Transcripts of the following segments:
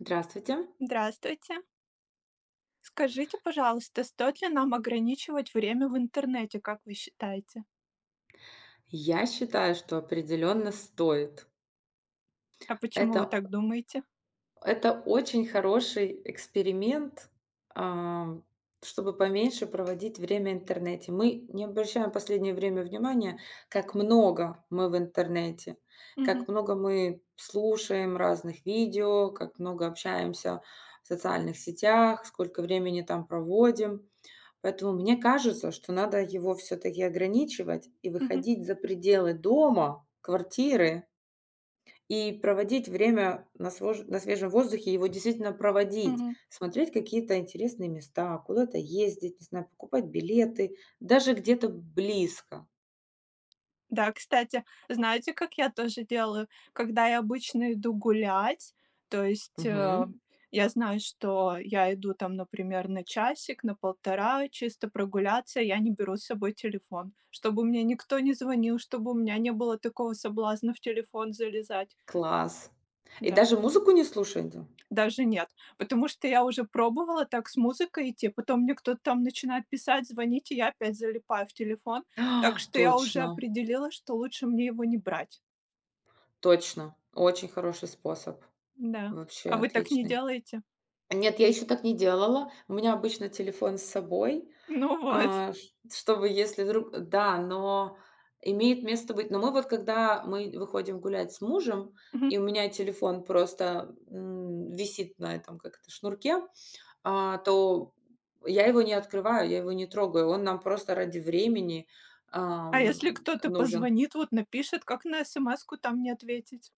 Здравствуйте. Здравствуйте. Скажите, пожалуйста, стоит ли нам ограничивать время в интернете, как вы считаете? Я считаю, что определенно стоит. А почему вы Это так думаете? это очень хороший эксперимент, ам, чтобы поменьше проводить время в интернете. Мы не обращаем в последнее время внимания, как много мы в интернете, как Мгм, много мы слушаем разных видео, как много общаемся в социальных сетях, сколько времени там проводим. Поэтому мне кажется, что надо его все таки ограничивать и мгм, выходить за пределы дома, квартиры, и проводить время на свежем воздухе, его действительно проводить, мгм. смотреть какие-то интересные места, куда-то ездить, не знаю, покупать билеты, даже где-то близко. Да, кстати, знаете, как я тоже делаю? Когда я обычно иду гулять, то есть, Мгм. я знаю, что я иду там, например, на часик, на полтора чисто прогуляться, я не беру с собой телефон, чтобы мне никто не звонил, чтобы у меня не было такого соблазна в телефон залезать. Класс. И Да. даже музыку не слушать? Даже нет, потому что я уже пробовала так с музыкой идти, потом мне кто-то там начинает писать, звонить, и я опять залипаю в телефон. Так что я уже Точно, определила, что лучше мне его не брать. точно. Очень хороший способ. Да. Вообще А вы так не отличный. делаете? Нет, я еще так не делала. У меня обычно телефон с собой, Ну вот. а, ш чтобы если вдруг да, но имеет место быть. Но мы вот, когда мы выходим гулять с мужем, Мгм. и у меня телефон просто, висит на этом, как это, шнурке, то я его не открываю, я его не трогаю. Он нам просто ради времени, А если кто-то нужен. позвонит, вот напишет, как на смску там не ответить?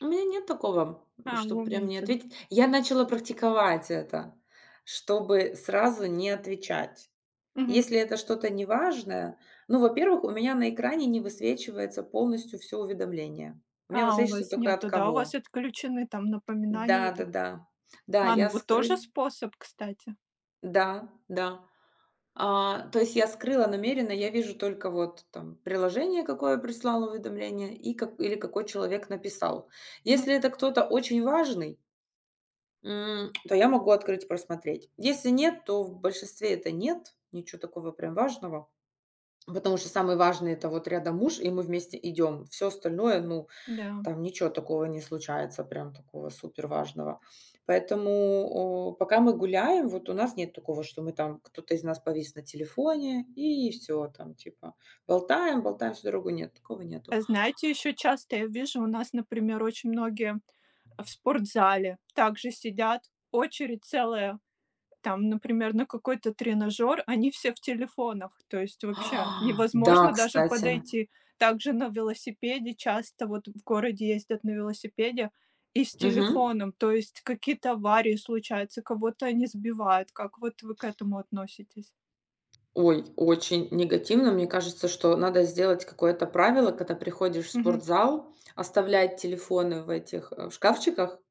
У меня нет такого, А, чтобы вы прям не умеете, да? ответить. Я начала практиковать это, чтобы сразу не отвечать. Мгм. Если это что-то неважное, ну, во-первых, у меня на экране не высвечивается полностью все уведомление. У А, меня у высвечивается вас только от нету, да, у вас кого. отключены там напоминания вот Да-да-да. это. Да, да. Да, А, ну я вот тоже скры способ, кстати. да, да. То есть я скрыла намеренно, я вижу только вот там приложение, какое прислало уведомление, и какой человек написал. Мгм. Если это кто-то очень важный, то я могу открыть и просмотреть. Если нет, то в большинстве это нет, ничего такого прям важного. Потому что самый важный — это вот рядом муж, и мы вместе идем. Все остальное, ну, Да. там ничего такого не случается, прям такого супер важного. Поэтому, пока мы гуляем, вот у нас нет такого, что мы там кто-то из нас повис на телефоне и все там типа болтаем, болтаем всю дорогу. Нет, такого нету. А знаете, еще часто я вижу, у нас, например, очень многие в спортзале также сидят, очередь целая, там, например, на какой-то тренажер, они все в телефонах, то есть вообще Да, невозможно даже кстати. подойти. Также на велосипеде часто вот в городе ездят на велосипеде и с Мгм. телефоном, то есть какие-то аварии случаются, кого-то они сбивают. Как вот вы к этому относитесь? Ой, очень негативно. Мне кажется, что надо сделать какое-то правило, когда приходишь в Мгм. спортзал, оставлять телефоны в этих, в шкафчиках.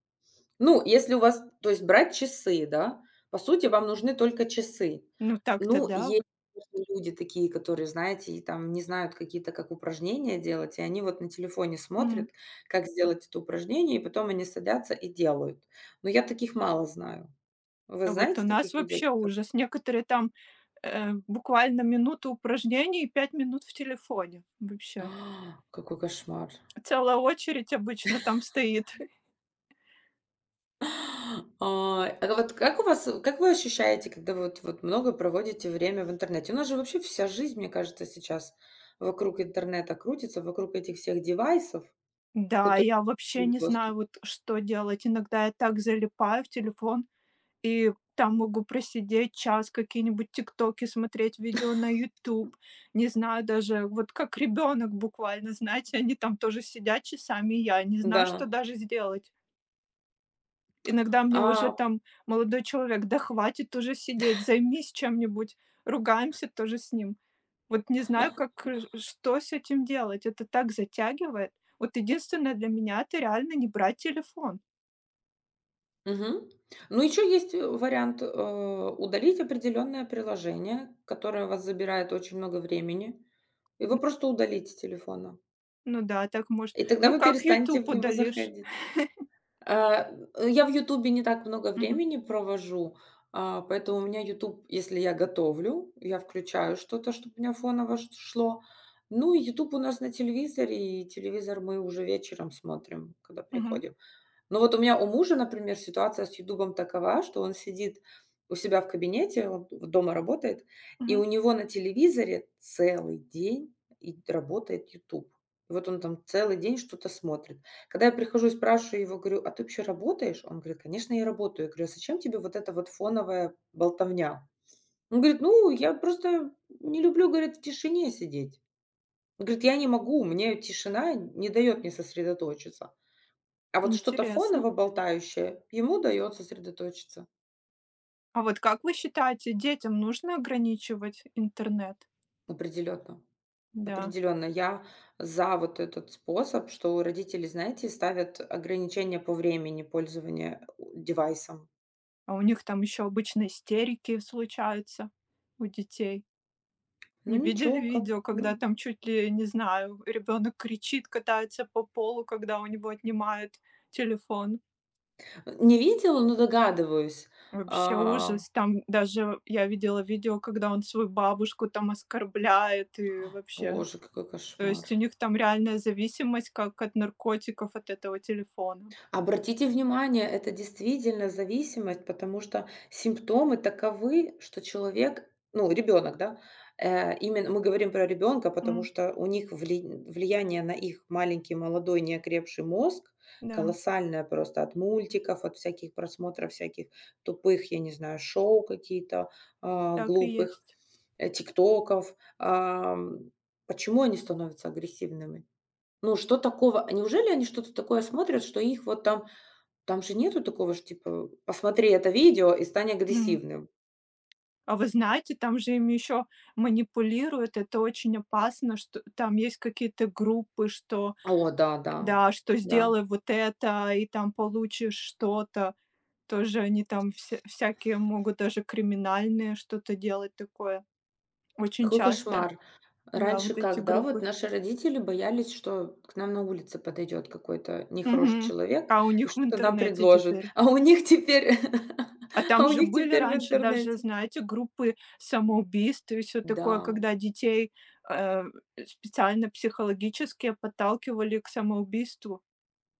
Ну, если у вас то есть брать часы, да, по сути, вам нужны только часы. Ну так-то Ну, да. есть, Вот. конечно, люди такие, которые, знаете, и там не знают как упражнения делать, и они вот на телефоне Мгм. смотрят, как сделать это упражнение, и потом они садятся и делают. Но я таких мало знаю. Вы А вот у знаете нас таких людей, вообще кто? ужас. Некоторые там буквально минуту упражнений и 5 минут в телефоне вообще. Какой кошмар! Целая очередь обычно там стоит. А вот как у вас, как вы ощущаете, когда вы вот много проводите время в интернете? У нас же вообще вся жизнь, мне кажется, сейчас вокруг интернета крутится, вокруг этих всех девайсов, к Да, которым я вообще есть не доступ. знаю, вот что делать. Иногда я так залипаю в телефон и там могу просидеть час, какие-нибудь "Тиктоки" смотреть, видео на "Ютуб". Не знаю даже, вот как ребенок буквально, знаете, они там тоже сидят часами, и я не знаю, что Да. даже сделать. Иногда мне уже А, там молодой человек: "Да хватит уже сидеть, займись чем-нибудь". Ругаемся тоже с ним. Вот не знаю, как, что с этим делать. Это так затягивает. Вот единственное для меня — это реально не брать телефон. Мгм. Ну, еще есть вариант, удалить определенное приложение, которое у вас забирает очень много времени. Его Н просто удалить с телефона. ну да, так может, И тогда ну вы как перестанете "Ютуб" в него удалишь? заходить. Я в "Ютубе" не так много Мгм, времени провожу, поэтому у меня "Ютуб", если я готовлю, я включаю что-то, чтобы у меня фоново ш шло. Ну и "Ютуб" у нас на телевизоре, и телевизор мы уже вечером смотрим, когда мгм, приходим. Ну вот у мужа, например, ситуация с "Ютубом" такова, что он сидит у себя в кабинете, он дома работает, и мгм. у него на телевизоре целый день и работает "Ютуб". И вот он там целый день что-то смотрит. Когда я прихожу и спрашиваю его, говорю: "А ты вообще работаешь?" Он говорит: "Конечно, я работаю". Я говорю: "А зачем тебе вот эта вот фоновая болтовня?" Он говорит: "Ну, я просто не люблю, говорит, в тишине сидеть". Он говорит: "Я не могу, мне тишина не дает мне сосредоточиться". А вот что-то Интересно. фоново болтающее, ему дает сосредоточиться А вот как вы считаете, детям нужно ограничивать интернет? определенно. Да. Определенно. Я за вот этот способ, что родители, знаете, ставят ограничения по времени пользования у девайсом. А у них там еще обычно истерики случаются у детей. Ну Не видели ничего, как видео, когда ну, там чуть ли, не знаю, ребенок кричит, катается по полу, когда у него отнимают телефон? не видела, но догадываюсь. Вообще А, ужас. Там даже я видела видео, когда он свою бабушку там оскорбляет и вообще. Боже, какой То кошмар. есть у них там реальная зависимость, как от наркотиков, от этого телефона. Обратите внимание, это действительно зависимость, потому что симптомы таковы, что человек, ну, ребенок, да, именно мы говорим про ребенка, потому М, что у них влияние на их маленький, молодой, неокрепший мозг да, колоссальное просто от мультиков, от всяких просмотров, всяких тупых, я не знаю, шоу какие-то, так и глупых, есть. Тиктоков. Почему они становятся агрессивными? Ну, что такого? Неужели они что-то такое смотрят, что их там же нету такого ж типа: "Посмотри это видео и стань М. агрессивным". А вы знаете, там же им еще манипулируют. Это очень опасно, что там есть какие-то группы, что О да, да, да, что да. сделай вот это, и там получишь что-то. Тоже они там всякие могут даже криминальные что-то делать такое. Очень Какой часто. кошмар. Да, Раньше вот эти как, да, вот группы. наши родители боялись, что к нам на улице подойдет какой-то нехороший Мгм. человек А у и них в что-то нам интернете предложит, теперь. а у них теперь А а там у же них были теперь в раньше даже, интернете. знаете, группы самоубийств и все такое, Да, когда детей, э, специально психологически подталкивали к самоубийству.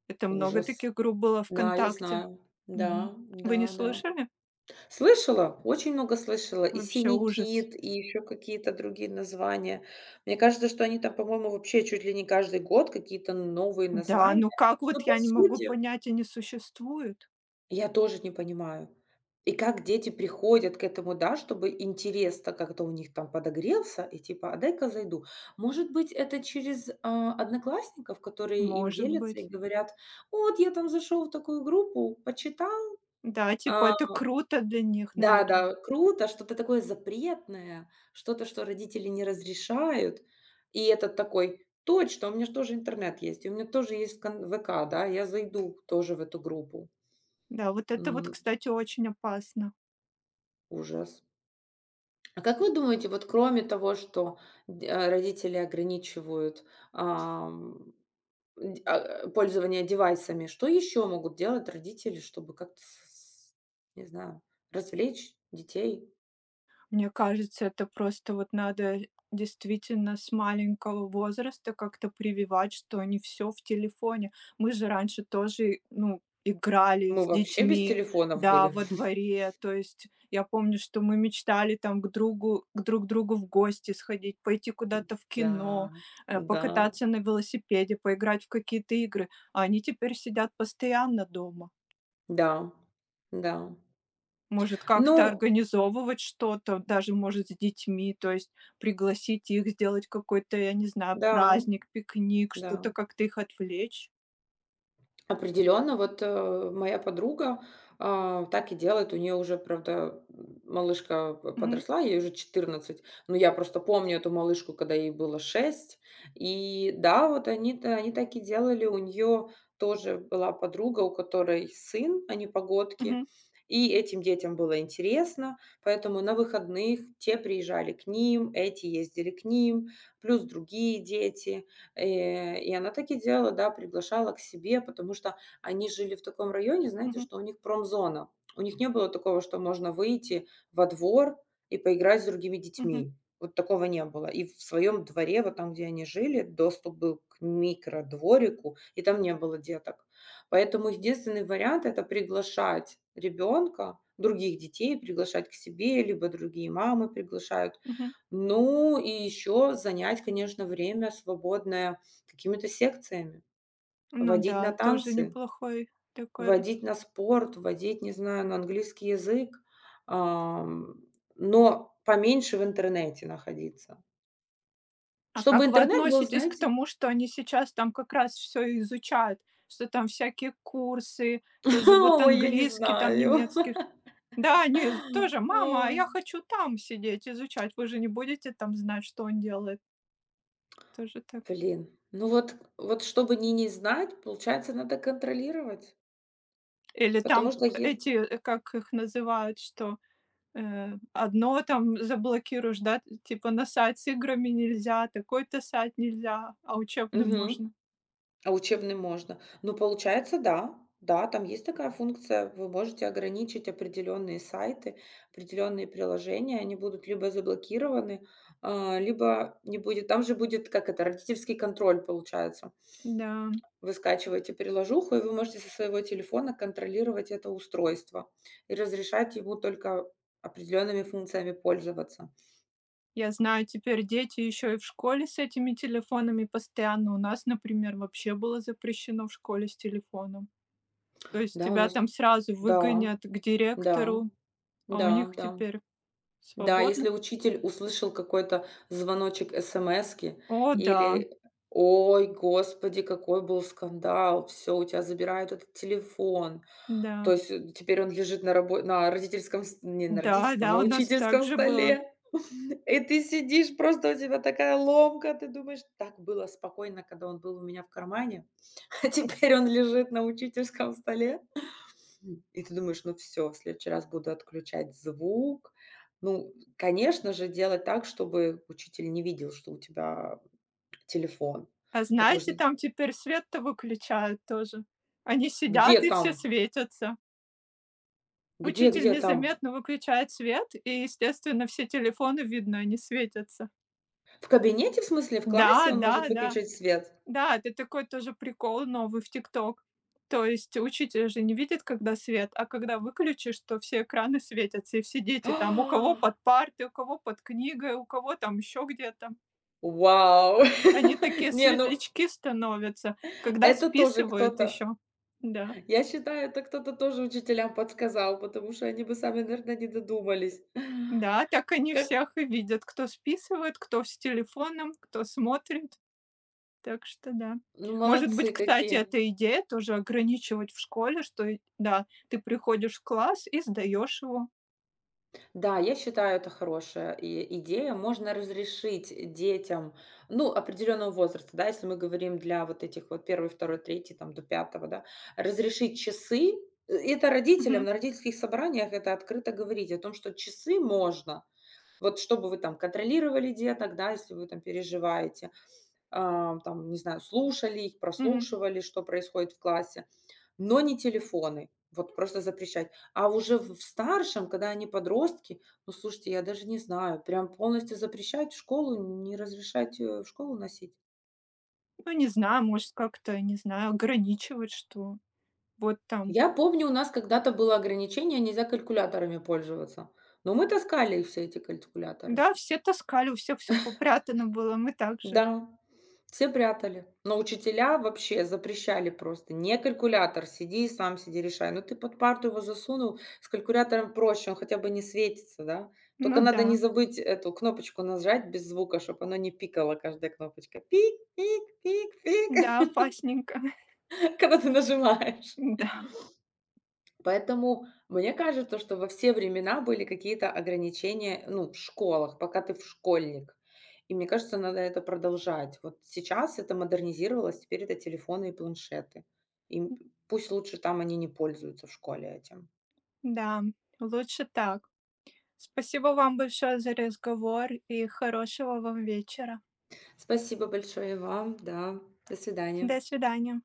Это много ужас. таких групп было Да, я ВКонтакте. знаю. Мгм. Да, Вы не да, да. слышали? Слышала, очень много слышала. И Вообще "Синий ужас. кит", и еще какие-то другие названия. Мне кажется, что они там, по-моему, вообще чуть ли не каждый год какие-то новые Да, названия. ну как, вот Но по я не могу сути понять, они существуют? я тоже не понимаю. И как дети приходят к этому, да, чтобы интерес-то как-то у них там подогрелся, и типа: "А дай-ка зайду". Может быть, это через, одноклассников, которые им Может делятся и быть. говорят: "О, вот я там зашел в такую группу, почитал, Да, типа а" это круто для них, наверное. Да-да, круто, что-то такое запретное, что-то, что родители не разрешают. И этот такой: "Точно, у меня же тоже интернет есть, у меня тоже есть кон ВК, да, я зайду тоже в эту группу". Да, вот это вот, М, кстати, очень опасно. ужас. А как вы думаете, вот кроме того, что родители ограничивают ам, дь а, э, пользование девайсами, что еще могут делать родители, чтобы как-то с не знаю, развлечь детей? Мне кажется, это просто вот надо действительно с маленького возраста как-то прививать, что не все в телефоне. Мы же раньше тоже, ну, играли Мы с вообще без детьми, телефонов да, были. во дворе. То есть я помню, что мы мечтали там к друг другу в гости сходить, пойти куда-то в Да, кино, да, покататься на велосипеде, поиграть в какие-то игры. А они теперь сидят постоянно дома. да, да. Может, как-то Ну организовывать что-то, даже, может, с детьми, то есть пригласить их, сделать какой-то, я не знаю, да, праздник, пикник, да. что-то как-то их отвлечь. Определенно, вот, моя подруга, так и делает. У нее уже, правда, малышка п Мгм, подросла, ей уже 14. Но я просто помню эту малышку, когда ей было 6. И да, вот они так и делали. У нее тоже была подруга, у которой сын, они погодки. мгм, И этим детям было интересно, поэтому на выходных те приезжали к ним, эти ездили к ним, плюс другие дети. И она так и делала, да, приглашала к себе, потому что они жили в таком районе, знаете, мгм, что у них промзона. У них не было такого, что можно выйти во двор и поиграть с другими мгм, детьми. Вот такого не было. И в своем дворе, вот там, где они жили, доступ был к микродворику, и там не было деток. Поэтому единственный вариант — это приглашать ребенка, других детей приглашать к себе, либо другие мамы приглашают. мгм. Ну и еще занять, конечно, время свободное какими-то секциями. Ну Водить на да, тоже танцы, неплохой такой. водить на спорт, водить, не знаю, на английский язык, ам, но поменьше в интернете находиться. А Чтобы как вы интернет был, относитесь к знаете… тому, что они сейчас там как раз все изучают, что там всякие курсы, тоже вот Ой, я не английский, там знаю. немецкий? Да, они тоже: "Мама, а Ой. я хочу там сидеть, изучать". Вы же не будете там знать, что он делает. Тоже так. Блин, ну вот чтобы не знать, получается, надо контролировать, Или потому там что есть… эти, как их называют, что, одно там заблокируешь, да, типа на сайт с играми нельзя, такой-то сайт нельзя, а учебный Мгм. можно. А учебный можно. Ну, получается, да. Да, там есть такая функция. Вы можете ограничить определенные сайты, определенные приложения. Они будут либо заблокированы, либо не будет. Там же будет, как это, родительский контроль получается. Да, Вы скачиваете приложуху, и вы можете со своего телефона контролировать это устройство и разрешать ему только определенными функциями пользоваться. я знаю, теперь дети еще и в школе с этими телефонами постоянно. У нас, например, вообще было запрещено в школе с телефоном. То есть Да, у тебя нас. там сразу Да, выгонят к да, директору, а у да, них да. теперь Да, свободно. если учитель услышал какой-то звоночек смски О да, или: "Ой, господи, какой был скандал! Все у тебя забирают этот телефон". То да, есть, теперь он лежит на родительском ст не на родительском, да-да, на у нас так учительском же было. столе. И ты сидишь, просто у тебя такая ломка. Ты думаешь: "Так было спокойно, когда он был у меня в кармане, а теперь он лежит на учительском столе". И ты думаешь: "Ну все, в следующий раз буду отключать звук". Ну, конечно же, делать так, чтобы учитель не видел, что у тебя телефон. А Потому что знаете, там теперь свет-то выключают тоже. Они где сидят и все там? светятся. Где Учитель где там? незаметно выключает свет, и, естественно, все телефоны видно, они светятся. В кабинете, в смысле, в классе Да, он может да, да. выключить свет? Да, это такой тоже прикол новый в "Тикток". То есть учитель же не видит, когда свет, а когда выключишь, то все экраны светятся, и все дети там у кого А, под партой, у кого под книгой, у кого там еще где-то. Вау! Они такие Не, ну светлячки становятся, когда это тоже списывают кто-то еще. Да. я считаю, это кто-то тоже учителям подсказал, потому что они бы сами, наверное, не додумались. Да, так они Как всех и видят, кто списывает, кто с телефоном, кто смотрит. Так что да. Ну, Может быть, молодцы кстати, какие. эта идея тоже ограничивать в школе, что и да, ты приходишь в класс и сдаешь его. Да, я считаю, это хорошая идея. Можно разрешить детям, ну, определенного возраста, да, если мы говорим для вот этих вот первый, второй, третий, там, до пятого, да, разрешить часы. Это родителям Мгм, на родительских собраниях это открыто говорить о том, что часы можно, вот чтобы вы там контролировали деток, да, если вы там переживаете, там, не знаю, слушали их, мгм. прослушивали, что происходит в классе, но не телефоны. Вот просто запрещать. А уже в старшем, когда они подростки, ну, слушайте, я даже не знаю, прям полностью запрещать в школу, не разрешать, в школу носить. Ну, не знаю, может, как-то, не знаю, ограничивать, что вот там Я помню, у нас когда-то было ограничение, нельзя калькуляторами пользоваться. Но мы таскали все эти калькуляторы. да, все таскали, у всех все попрятано было, мы также. Да, все прятали, но учителя вообще запрещали просто: "Не калькулятор, сиди и сам сиди решай". Ну, ты под парту его засунул, с калькулятором проще, он хотя бы не светится, да. Только Ну надо да, не забыть эту кнопочку нажать без звука, чтобы оно не пикало, каждая кнопочка. Пик пик пик да, пик, опасненько. когда ты нажимаешь. Да. Поэтому мне кажется, что во все времена были какие-то ограничения, ну, в школах, пока ты в школьник. И мне кажется, надо это продолжать. Вот сейчас это модернизировалось, теперь это телефоны и планшеты. И пусть лучше там они не пользуются в школе этим. Да, лучше так. Спасибо вам большое за разговор и хорошего вам вечера. Спасибо большое вам, да. До свидания. До свидания.